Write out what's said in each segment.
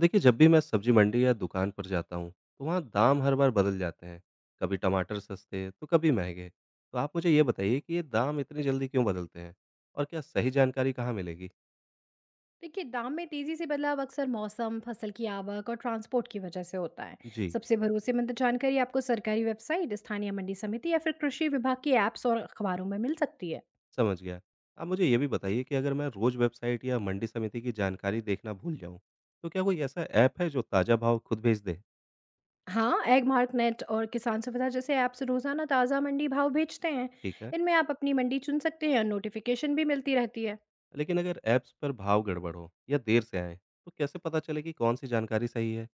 देखिए, जब भी मैं सब्जी मंडी या दुकान पर जाता हूँ तो वहाँ दाम हर बार बदल जाते हैं। कभी टमाटर सस्ते तो कभी महंगे। तो आप मुझे ये बताइए कि ये दाम इतनी जल्दी क्यों बदलते हैं और क्या सही जानकारी कहाँ मिलेगी। देखिए, दाम में तेज़ी से बदलाव अक्सर मौसम, फसल की आवक और ट्रांसपोर्ट की वजह से होता है। जी। सबसे भरोसेमंद जानकारी आपको सरकारी वेबसाइट, स्थानीय मंडी समिति या फिर कृषि विभाग की ऐप्स और अखबारों में मिल सकती है। समझ गया। आप मुझे ये भी बताइए कि अगर मैं रोज़ वेबसाइट या मंडी समिति की जानकारी देखना भूल जाऊँ तो क्या कोई ऐसा ऐप है जो ताज़ा भाव खुद भेज दे। हाँ, एगमार्क नेट और किसान सुविधा जैसे ऐप्स रोज़ाना ताज़ा मंडी भाव भेजते हैं। ठीक है। इनमें आप अपनी मंडी चुन सकते हैं और नोटिफिकेशन भी मिलती रहती है। लेकिन अगर ऐप्स पर भाव गड़बड़ हो या देर से आए तो कैसे पता चले कि कौन सी जानकारी सही है।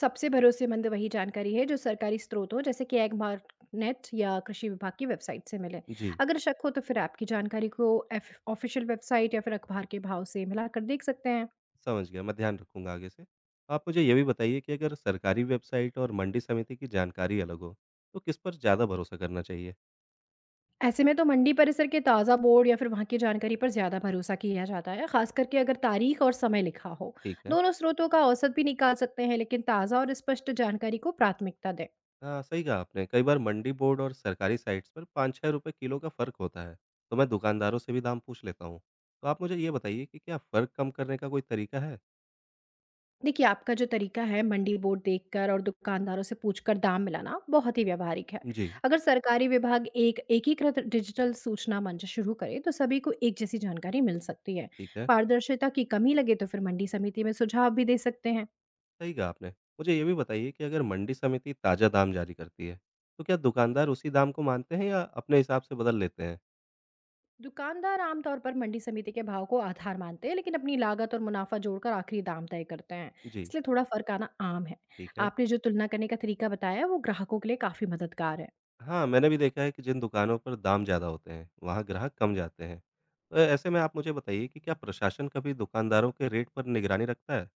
सबसे भरोसेमंद वही जानकारी है जो सरकारी स्रोत हो जैसे कि एग नेट या कृषि विभाग की वेबसाइट से मिले। जी। अगर शक हो तो फिर आपकी जानकारी को ऑफिशियल वेबसाइट या फिर अखबार के भाव से मिलाकर देख सकते हैं। समझ गया, मैं ध्यान रखूँगा आगे से। आप मुझे ये भी बताइए कि अगर सरकारी वेबसाइट और मंडी समिति की जानकारी अलग हो, तो किस पर ज़्यादा भरोसा करना चाहिए? ऐसे में तो मंडी परिसर के ताज़ा बोर्ड या फिर वहाँ की जानकारी पर ज़्यादा भरोसा किया जाता है, खास करके अगर तारीख और समय लिखा हो। ठीक है। दोनों स्रोतों का औसत भी निकाल सकते हैं, लेकिन ताज़ा और स्पष्ट जानकारी को प्राथमिकता दें। हाँ, सही कहा आपने। कई बार मंडी बोर्ड और सरकारी साइट्स पर 5-6 रुपए किलो का फ़र्क होता है, तो मैं दुकानदारों से भी दाम पूछ लेता हूँ। तो आप मुझे ये बताइए कि क्या फ़र्क कम करने का कोई तरीका है? देखिए, आपका जो तरीका है मंडी बोर्ड देखकर और दुकानदारों से पूछकर दाम मिलाना बहुत ही व्यावहारिक है। जी। अगर सरकारी विभाग एक एकीकृत डिजिटल सूचना मंच शुरू करे तो सभी को एक जैसी जानकारी मिल सकती है। ठीक है। पारदर्शिता की कमी लगे तो फिर मंडी समिति में सुझाव भी दे सकते हैं। सही कहा आपने। मुझे ये भी बताइए कि अगर मंडी समिति ताज़ा दाम जारी करती है, तो क्या दुकानदार उसी दाम को मानते हैं या अपने हिसाब से बदल लेते हैं? दुकानदार आमतौर पर मंडी समिति के भाव को आधार मानते हैं, लेकिन अपनी लागत और मुनाफा जोड़कर आखिरी दाम तय करते हैं। जी। इसलिए थोड़ा फर्क आना आम है। ठीक है। आपने जो तुलना करने का तरीका बताया वो ग्राहकों के लिए काफी मददगार है। हाँ, मैंने भी देखा है कि जिन दुकानों पर दाम ज़्यादा होते हैं, वहाँ ग्राहक कम जाते हैं। तो ऐसे में आप मुझे बताइए कि क्या प्रशासन कभी दुकानदारों के रेट पर निगरानी रखता है?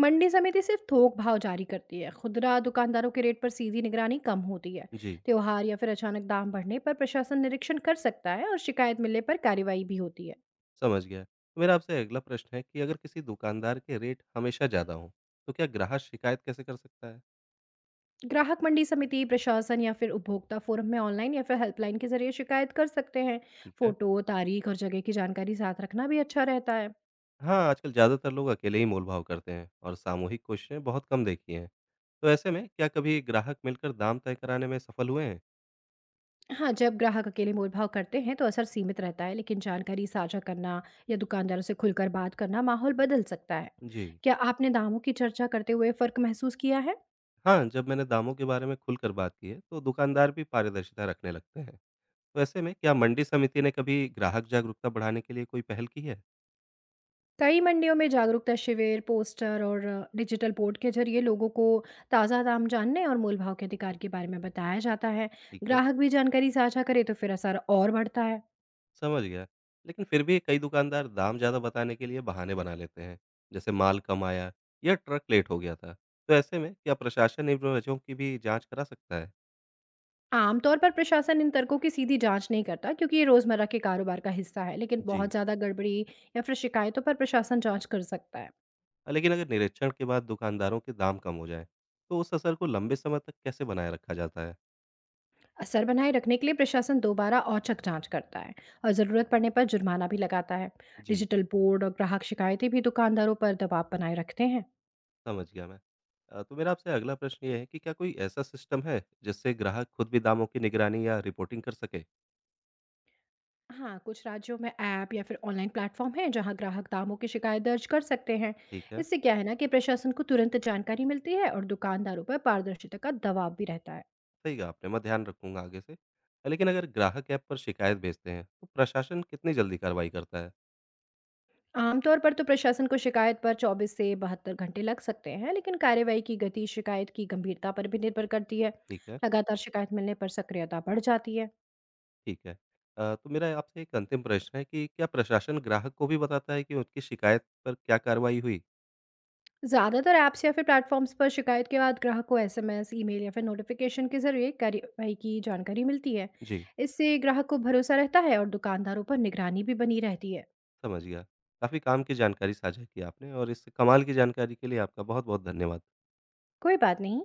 मंडी समिति सिर्फ थोक भाव जारी करती है, खुदरा दुकानदारों के रेट पर सीधी निगरानी कम होती है। जी। त्योहार या फिर अचानक दाम बढ़ने पर प्रशासन निरीक्षण कर सकता है और शिकायत मिलने पर कार्रवाई भी होती है। समझ गया। तो मेरा आपसे अगला प्रश्न है कि अगर किसी दुकानदार के रेट हमेशा ज़्यादा हों, तो क्या ग्राहक शिकायत कैसे कर सकता है? ग्राहक मंडी समिति प्रशासन या फिर उपभोक्ता फोरम में ऑनलाइन या फिर हेल्पलाइन के जरिए शिकायत कर सकते हैं। ठीक है। फोटो, तारीख और जगह की जानकारी साथ रखना भी अच्छा रहता है। हाँ, आजकल ज़्यादातर लोग अकेले ही मोलभाव करते हैं और सामूहिक कोशिशें बहुत कम देखी हैं। तो ऐसे में क्या कभी ग्राहक मिलकर दाम तय कराने में सफल हुए हैं? हाँ, जब ग्राहक अकेले मोलभाव करते हैं तो असर सीमित रहता है, लेकिन जानकारी साझा करना या दुकानदारों से खुलकर बात करना माहौल बदल सकता है। जी। क्या आपने दामों की चर्चा करते हुए फर्क महसूस किया है? हाँ, जब मैंने दामों के बारे में खुलकर बात की है, तो दुकानदार भी पारदर्शिता रखने लगते हैं। तो ऐसे में क्या मंडी समिति ने कभी ग्राहक जागरूकता बढ़ाने के लिए कोई पहल की है? कई मंडियों में जागरूकता शिविर, पोस्टर और डिजिटल बोर्ड के जरिए लोगों को ताज़ा दाम जानने और मोलभाव के अधिकार के बारे में बताया जाता है। ठीक है। ग्राहक भी जानकारी साझा करे तो फिर असर और बढ़ता है। समझ गया। लेकिन फिर भी कई दुकानदार दाम ज़्यादा बताने के लिए बहाने बना लेते हैं, जैसे माल कम आया या ट्रक लेट हो गया था। तो ऐसे में क्या प्रशासन इन वजहों की भी जाँच करा सकता है? आमतौर पर प्रशासन इन तर्कों की सीधी जांच नहीं करता क्योंकि ये रोजमर्रा के कारोबार का हिस्सा है, लेकिन बहुत जी। ज्यादा गड़बड़ी या फिर शिकायतों पर प्रशासन जांच कर सकता है। लेकिन अगर निरीक्षण के बाद दुकानदारों के दाम कम हो जाएँ, तो उस असर को लंबे समय तक कैसे बनाए रखा जाता है? असर बनाए रखने के लिए प्रशासन दोबारा औचक जांच करता है और जरूरत पड़ने पर जुर्माना भी लगाता है। जी। डिजिटल बोर्ड और ग्राहक शिकायतें भी दुकानदारों पर दबाव बनाए रखते हैं। समझ गया मैं। तो मेरा आपसे अगला प्रश्न ये है कि क्या कोई ऐसा सिस्टम है जिससे ग्राहक खुद भी दामों की निगरानी या रिपोर्टिंग कर सके? हाँ, कुछ राज्यों में ऐप या फिर ऑनलाइन प्लेटफॉर्म है जहाँ ग्राहक दामों की शिकायत दर्ज कर सकते हैं। ठीक है, इससे क्या है ना कि प्रशासन को तुरंत जानकारी मिलती है और दुकानदारों पर पारदर्शिता का दबाव भी रहता है। सही कहा आपने, मैं ध्यान रखूँगा आगे से। लेकिन अगर ग्राहक ऐप पर शिकायत भेजते हैं तो प्रशासन कितनी जल्दी कार्रवाई करता है? आमतौर पर तो प्रशासन को शिकायत पर 24 से 72 घंटे लग सकते हैं, लेकिन कार्रवाई की गति शिकायत की गंभीरता पर भी निर्भर करती है। ठीक है। लगातार शिकायत मिलने पर सक्रियता बढ़ जाती है। ठीक है। तो मेरा आपसे एक अंतिम प्रश्न है कि क्या प्रशासन ग्राहक को भी बताता है कि उनकी शिकायत पर क्या कार्रवाई हुई? ज़्यादातर ऐप्स या फिर प्लेटफॉर्म्स पर शिकायत के बाद ग्राहक को एसएमएस, ईमेल या फिर नोटिफिकेशन के जरिए कार्रवाई की जानकारी मिलती है। जी। इससे ग्राहक को भरोसा रहता है और दुकानदारों पर निगरानी भी बनी रहती है। समझ गया। काफ़ी काम की जानकारी साझा की आपने और इस कमाल की जानकारी के लिए आपका बहुत-बहुत धन्यवाद। कोई बात नहीं।